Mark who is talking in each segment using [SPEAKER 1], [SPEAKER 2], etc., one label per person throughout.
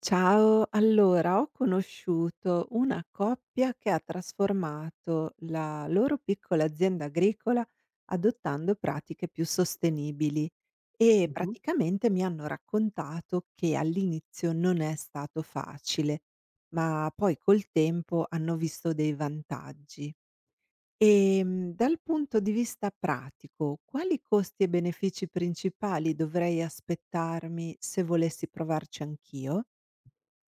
[SPEAKER 1] Ciao, allora ho conosciuto una coppia che ha trasformato la loro piccola azienda agricola adottando pratiche più sostenibili e
[SPEAKER 2] Mh-mh.
[SPEAKER 1] praticamente mi hanno raccontato che all'inizio non è stato facile, ma poi col tempo hanno visto dei vantaggi. Dal punto di vista pratico, quali costi e benefici principali dovrei aspettarmi se volessi provarci anch'io?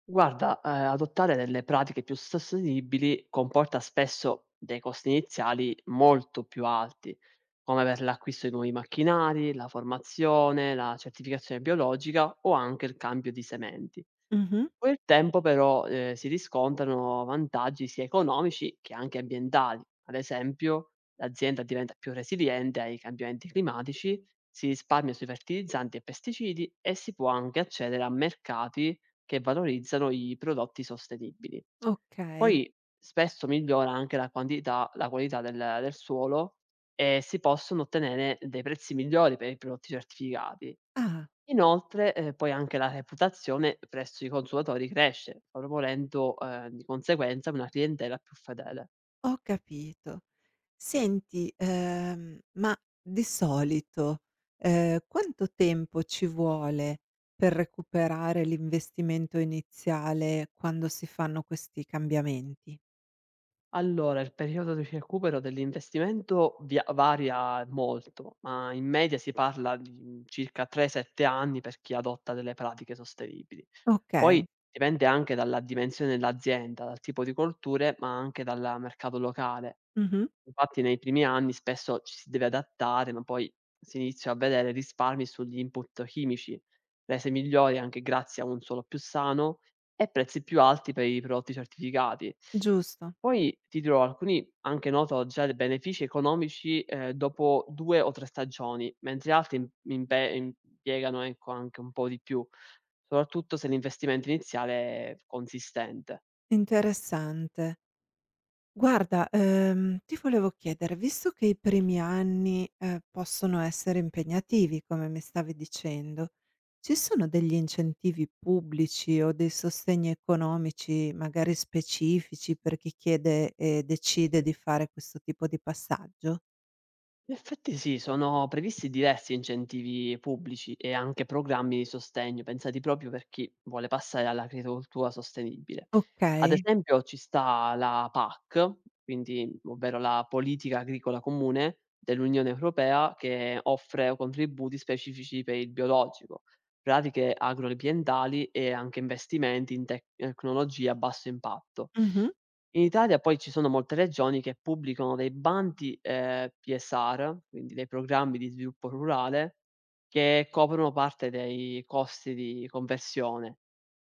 [SPEAKER 2] Guarda, adottare delle pratiche più sostenibili comporta spesso dei costi iniziali molto più alti, come per l'acquisto di nuovi macchinari, la formazione, la certificazione biologica o anche il cambio di sementi. Col tempo però, si riscontrano vantaggi sia economici che anche ambientali. Ad esempio, l'azienda diventa più resiliente ai cambiamenti climatici, si risparmia sui fertilizzanti e pesticidi e si può anche accedere a mercati che valorizzano i prodotti sostenibili.
[SPEAKER 1] Okay.
[SPEAKER 2] Poi spesso migliora anche la quantità la qualità del suolo e si possono ottenere dei prezzi migliori per i prodotti certificati.
[SPEAKER 1] Ah,
[SPEAKER 2] Inoltre, poi anche la reputazione presso i consumatori cresce, favorendo, di conseguenza una clientela più fedele.
[SPEAKER 1] ho capito. Senti, ma di solito, quanto tempo ci vuole per recuperare l'investimento iniziale quando si fanno questi cambiamenti?
[SPEAKER 2] Allora, il periodo di recupero dell'investimento via varia molto, ma in media si parla di circa 3, 7 anni per chi adotta delle pratiche sostenibili. Poi
[SPEAKER 1] Okay,
[SPEAKER 2] dipende anche dalla dimensione dell'azienda, dal tipo di colture, ma anche dal mercato locale.
[SPEAKER 1] mh-mh,
[SPEAKER 2] Infatti nei primi anni spesso ci si deve adattare, ma poi si inizia a vedere risparmi sugli input chimici, rese migliori anche grazie a un suolo più sano e prezzi più alti per i prodotti certificati.
[SPEAKER 1] giusto,
[SPEAKER 2] Poi ti dirò, alcuni anche noto già dei benefici economici dopo 2 o 3 stagioni, mentre altri impiegano ecco, anche un po' di più. Soprattutto se l'investimento iniziale è consistente.
[SPEAKER 1] interessante. Guarda, ti volevo chiedere, visto che i primi anni, possono essere impegnativi, come mi stavi dicendo, ci sono degli incentivi pubblici o dei sostegni economici magari specifici per chi chiede e decide di fare questo tipo di passaggio?
[SPEAKER 2] In effetti sì, sono previsti diversi incentivi pubblici e anche programmi di sostegno pensati proprio per chi vuole passare all'agricoltura sostenibile. Ad
[SPEAKER 1] Okay.
[SPEAKER 2] esempio ci sta la PAC, quindi ovvero la politica agricola comune dell'Unione Europea che offre contributi specifici per il biologico, pratiche agroambientali e anche investimenti in tecnologie a basso impatto.
[SPEAKER 1] Mh-mh.
[SPEAKER 2] In Italia poi ci sono molte regioni che pubblicano dei bandi, PSR, quindi dei programmi di sviluppo rurale, che coprono parte dei costi di conversione,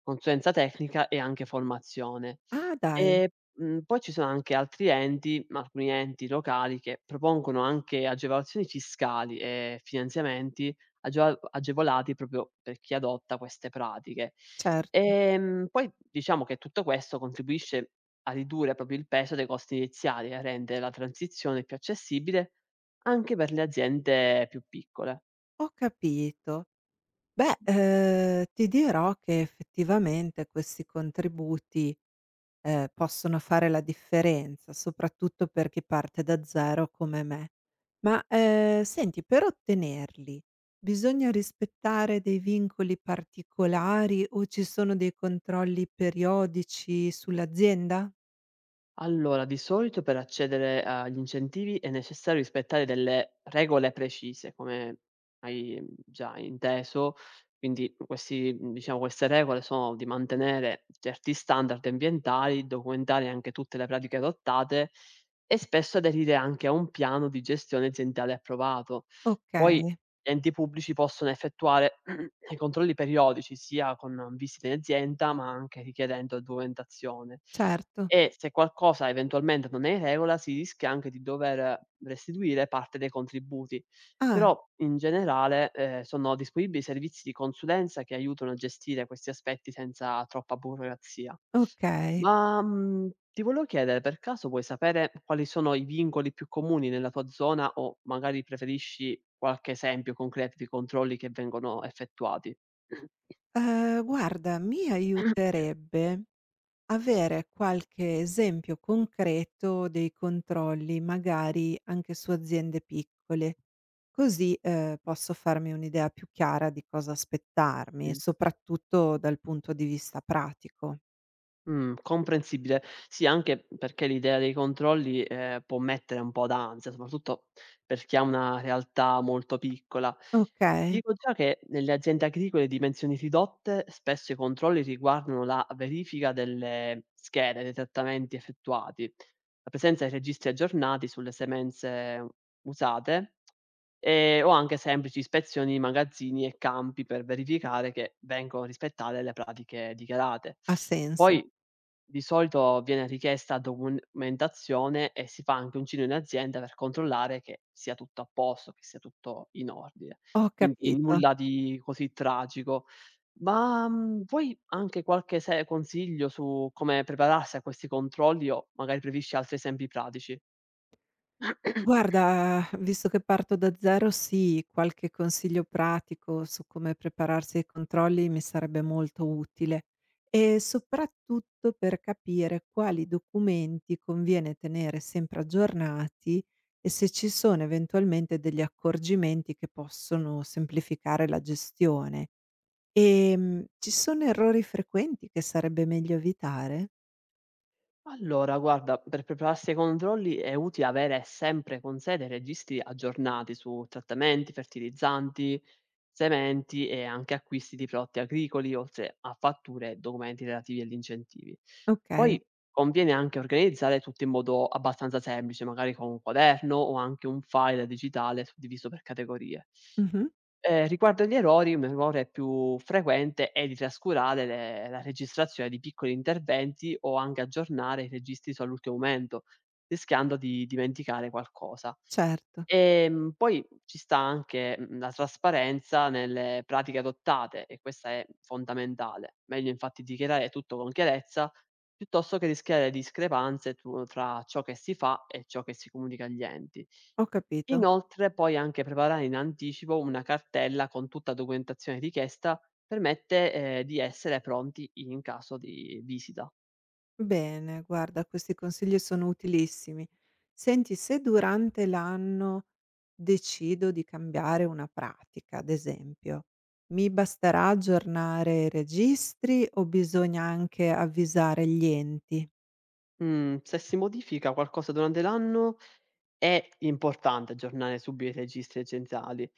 [SPEAKER 2] consulenza tecnica e anche formazione.
[SPEAKER 1] Ah dai,
[SPEAKER 2] E, poi ci sono anche altri enti, ma alcuni enti locali che propongono anche agevolazioni fiscali e finanziamenti ageo agevolati proprio per chi adotta queste pratiche.
[SPEAKER 1] certo,
[SPEAKER 2] Poi diciamo che tutto questo contribuisce a ridurre proprio il peso dei costi iniziali e a rendere la transizione più accessibile anche per le aziende più piccole.
[SPEAKER 1] ho capito. Beh, ti dirò che effettivamente questi contributi possono fare la differenza, soprattutto per chi parte da zero come me. Ma, senti, per ottenerli bisogna rispettare dei vincoli particolari o ci sono dei controlli periodici sull'azienda?
[SPEAKER 2] Allora, di solito per accedere agli incentivi è necessario rispettare delle regole precise, come hai già inteso. Quindi questi, diciamo, queste regole sono di mantenere certi standard ambientali, documentare anche tutte le pratiche adottate e spesso aderire anche a un piano di gestione aziendale approvato. Poi
[SPEAKER 1] Okay,
[SPEAKER 2] gli enti pubblici possono effettuare i controlli periodici sia con visite in azienda ma anche richiedendo documentazione.
[SPEAKER 1] certo.
[SPEAKER 2] E se qualcosa eventualmente non è in regola, si rischia anche di dover restituire parte dei contributi.
[SPEAKER 1] Ah,
[SPEAKER 2] Però in generale, sono disponibili servizi di consulenza che aiutano a gestire questi aspetti senza troppa burocrazia.
[SPEAKER 1] okay.
[SPEAKER 2] Ma, ti volevo chiedere, per caso vuoi sapere quali sono i vincoli più comuni nella tua zona o magari preferisci qualche esempio concreto di controlli che vengono effettuati?
[SPEAKER 1] Guarda, mi aiuterebbe avere qualche esempio concreto dei controlli, magari anche su aziende piccole, così, posso farmi un'idea più chiara di cosa aspettarmi, soprattutto dal punto di vista pratico.
[SPEAKER 2] Comprensibile. Sì, anche perché l'idea dei controlli, può mettere un po' d'ansia, soprattutto per chi ha una realtà molto piccola. Ti
[SPEAKER 1] Okay,
[SPEAKER 2] dico già che nelle aziende agricole di dimensioni ridotte spesso i controlli riguardano la verifica delle schede dei trattamenti effettuati, la presenza di registri aggiornati sulle semenze usate. O anche semplici ispezioni di magazzini e campi per verificare che vengono rispettate le pratiche dichiarate.
[SPEAKER 1] ha senso.
[SPEAKER 2] Poi di solito viene richiesta documentazione e si fa anche un giro in azienda per controllare che sia tutto a posto, che sia tutto in ordine.
[SPEAKER 1] Ho
[SPEAKER 2] Quindi
[SPEAKER 1] capito.
[SPEAKER 2] nulla di così tragico. Ma, vuoi anche qualche se consiglio su come prepararsi a questi controlli o magari preferisci altri esempi pratici?
[SPEAKER 1] Guarda, visto che parto da zero, sì, qualche consiglio pratico su come prepararsi ai controlli mi sarebbe molto utile e soprattutto per capire quali documenti conviene tenere sempre aggiornati e se ci sono eventualmente degli accorgimenti che possono semplificare la gestione. Ci sono errori frequenti che sarebbe meglio evitare?
[SPEAKER 2] Allora, guarda, per prepararsi ai controlli è utile avere sempre con sé dei registri aggiornati su trattamenti, fertilizzanti, sementi e anche acquisti di prodotti agricoli, oltre a fatture e documenti relativi agli incentivi.
[SPEAKER 1] Okay,
[SPEAKER 2] Poi conviene anche organizzare tutto in modo abbastanza semplice, magari con un quaderno o anche un file digitale suddiviso per categorie.
[SPEAKER 1] mh-mh,
[SPEAKER 2] Riguardo agli errori, un errore più frequente è di trascurare le la registrazione di piccoli interventi o anche aggiornare i registri solo all'ultimo momento, rischiando di dimenticare qualcosa.
[SPEAKER 1] certo,
[SPEAKER 2] Poi ci sta anche, la trasparenza nelle pratiche adottate e questa è fondamentale. Meglio infatti dichiarare tutto con chiarezza, piuttosto che rischiare discrepanze tu tra ciò che si fa e ciò che si comunica agli enti.
[SPEAKER 1] ho capito.
[SPEAKER 2] Inoltre poi anche preparare in anticipo una cartella con tutta la documentazione richiesta permette, di essere pronti in caso di visita.
[SPEAKER 1] Bene, guarda, questi consigli sono utilissimi. Senti, se durante l'anno decido di cambiare una pratica, ad esempio, mi basterà aggiornare i registri o bisogna anche avvisare gli enti?
[SPEAKER 2] Mhmm, Se si modifica qualcosa durante l'anno è importante aggiornare subito i registri aziendali,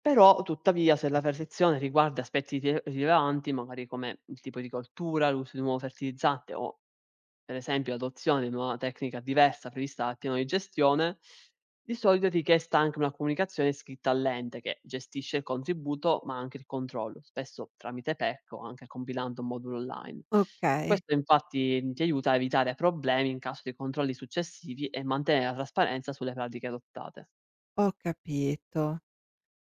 [SPEAKER 2] però tuttavia se la perfezione riguarda aspetti rilevanti, magari come il tipo di coltura, l'uso di un nuovo fertilizzante o per esempio l'adozione di una tecnica diversa prevista dal piano di gestione, di solito è richiesta anche una comunicazione scritta all'ente che gestisce il contributo ma anche il controllo, spesso tramite PEC o anche compilando un modulo online.
[SPEAKER 1] Ok,
[SPEAKER 2] Questo infatti ti aiuta a evitare problemi in caso di controlli successivi e mantenere la trasparenza sulle pratiche adottate.
[SPEAKER 1] ho capito.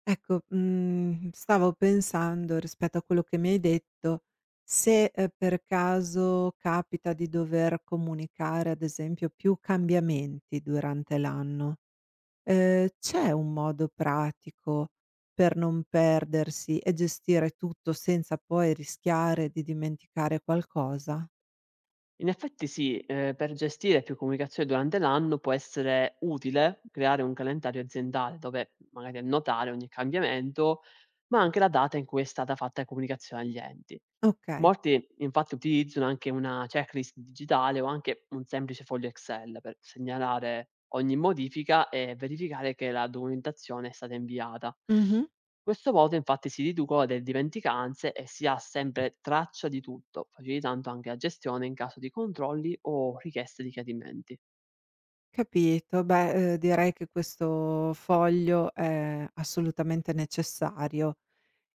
[SPEAKER 1] Ecco, stavo pensando rispetto a quello che mi hai detto, se per caso capita di dover comunicare, ad esempio, più cambiamenti durante l'anno. C'è un modo pratico per non perdersi e gestire tutto senza poi rischiare di dimenticare qualcosa?
[SPEAKER 2] In effetti sì, per gestire più comunicazione durante l'anno può essere utile creare un calendario aziendale dove magari annotare ogni cambiamento, ma anche la data in cui è stata fatta comunicazione agli enti.
[SPEAKER 1] Okay.
[SPEAKER 2] Molti infatti utilizzano anche una checklist digitale o anche un semplice foglio Excel per segnalare ogni modifica e verificare che la documentazione è stata inviata.
[SPEAKER 1] Mh-mh.
[SPEAKER 2] Questo voto infatti si riducono le dimenticanze e si ha sempre traccia di tutto, facilitando anche la gestione in caso di controlli o richieste di chiarimenti.
[SPEAKER 1] Capito. Beh, direi che questo foglio è assolutamente necessario.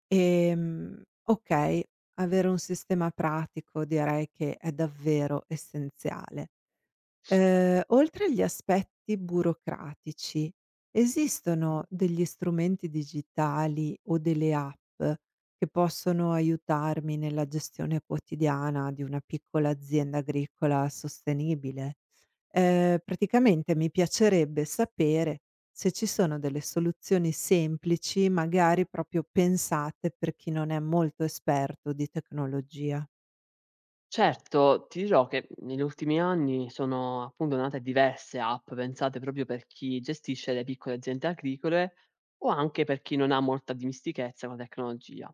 [SPEAKER 1] Okay, avere un sistema pratico direi che è davvero essenziale. Oltre agli aspetti burocratici, esistono
[SPEAKER 2] Mm.
[SPEAKER 1] degli strumenti digitali o delle app che possono aiutarmi nella gestione quotidiana di una piccola azienda agricola sostenibile? Praticamente mi piacerebbe sapere se ci sono delle soluzioni semplici, magari proprio pensate per chi non è molto esperto di tecnologia.
[SPEAKER 2] Certo, ti dirò che negli ultimi anni sono appunto nate diverse app pensate proprio per chi gestisce le piccole aziende agricole o anche per chi non ha molta dimistichezza con la tecnologia.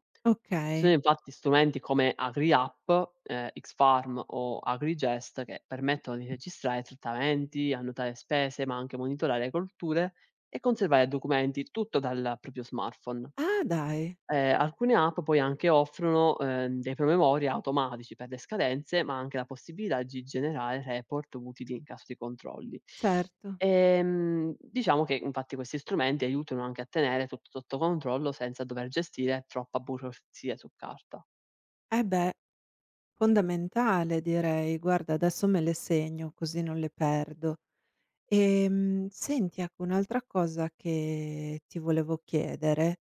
[SPEAKER 2] Ci sono
[SPEAKER 1] Okay.
[SPEAKER 2] infatti strumenti come AgriApp, Xfarm o AgriGest che permettono di registrare trattamenti, annotare spese, ma anche monitorare colture e conservare documenti, tutto dal proprio smartphone.
[SPEAKER 1] Ah dai,
[SPEAKER 2] Alcune app poi anche offrono, dei promemoria automatici per le scadenze, ma anche la possibilità di generare report utili in caso di controlli.
[SPEAKER 1] certo.
[SPEAKER 2] Diciamo che infatti questi strumenti aiutano anche a tenere tutto sotto controllo senza dover gestire troppa burocrazia su carta.
[SPEAKER 1] Eh beh. Fondamentale direi. Guarda, adesso me le segno così non le perdo. Senti, ecco un'altra cosa che ti volevo chiedere,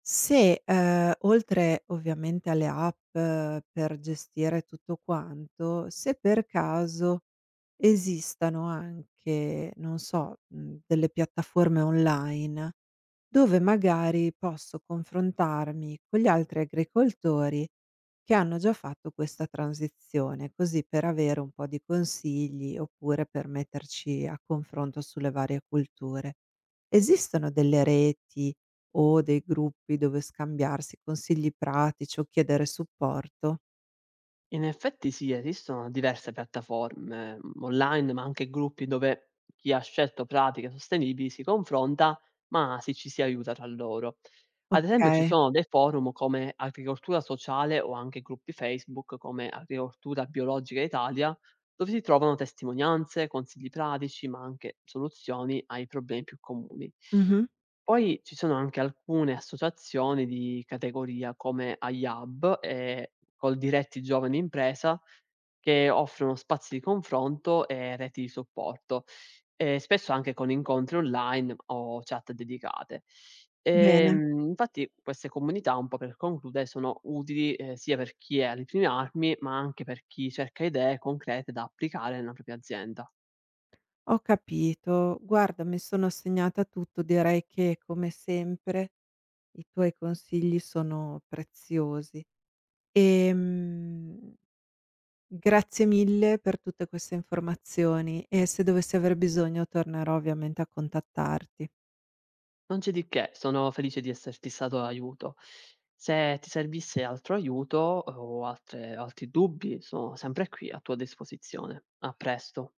[SPEAKER 1] se, oltre ovviamente alle app per gestire tutto quanto, se per caso esistano anche, non so, delle piattaforme online dove magari posso confrontarmi con gli altri agricoltori che hanno già fatto questa transizione, così per avere un po' di consigli oppure per metterci a confronto sulle varie culture. Esistono delle reti o dei gruppi dove scambiarsi consigli pratici o chiedere supporto.
[SPEAKER 2] In effetti sì, esistono diverse piattaforme, online, ma anche gruppi dove chi ha scelto pratiche sostenibili si confronta, ma ci si aiuta tra loro. Ad esempio ci
[SPEAKER 1] Okay.
[SPEAKER 2] sono dei forum come Agricoltura Sociale o anche gruppi Facebook come Agricoltura Biologica Italia, dove si trovano testimonianze, consigli pratici, ma anche soluzioni ai problemi più comuni.
[SPEAKER 1] Mh-mh.
[SPEAKER 2] Poi ci sono anche alcune associazioni di categoria come AIAB e Coldiretti Giovane Impresa che offrono spazi di confronto e reti di supporto, e spesso anche con incontri online o chat dedicate.
[SPEAKER 1] Bene,
[SPEAKER 2] Infatti queste comunità, un po' per concludere, sono utili, sia per chi è alle prime armi, ma anche per chi cerca idee concrete da applicare nella propria azienda.
[SPEAKER 1] ho capito. Guarda, mi sono segnata tutto, direi che come sempre i tuoi consigli sono preziosi. Ehm, grazie mille per tutte queste informazioni e se dovessi aver bisogno tornerò ovviamente a contattarti.
[SPEAKER 2] Non c'è di che, sono felice di esserti stato d'aiuto. Se ti servisse altro aiuto o altre altri dubbi, sono sempre qui a tua disposizione. A presto.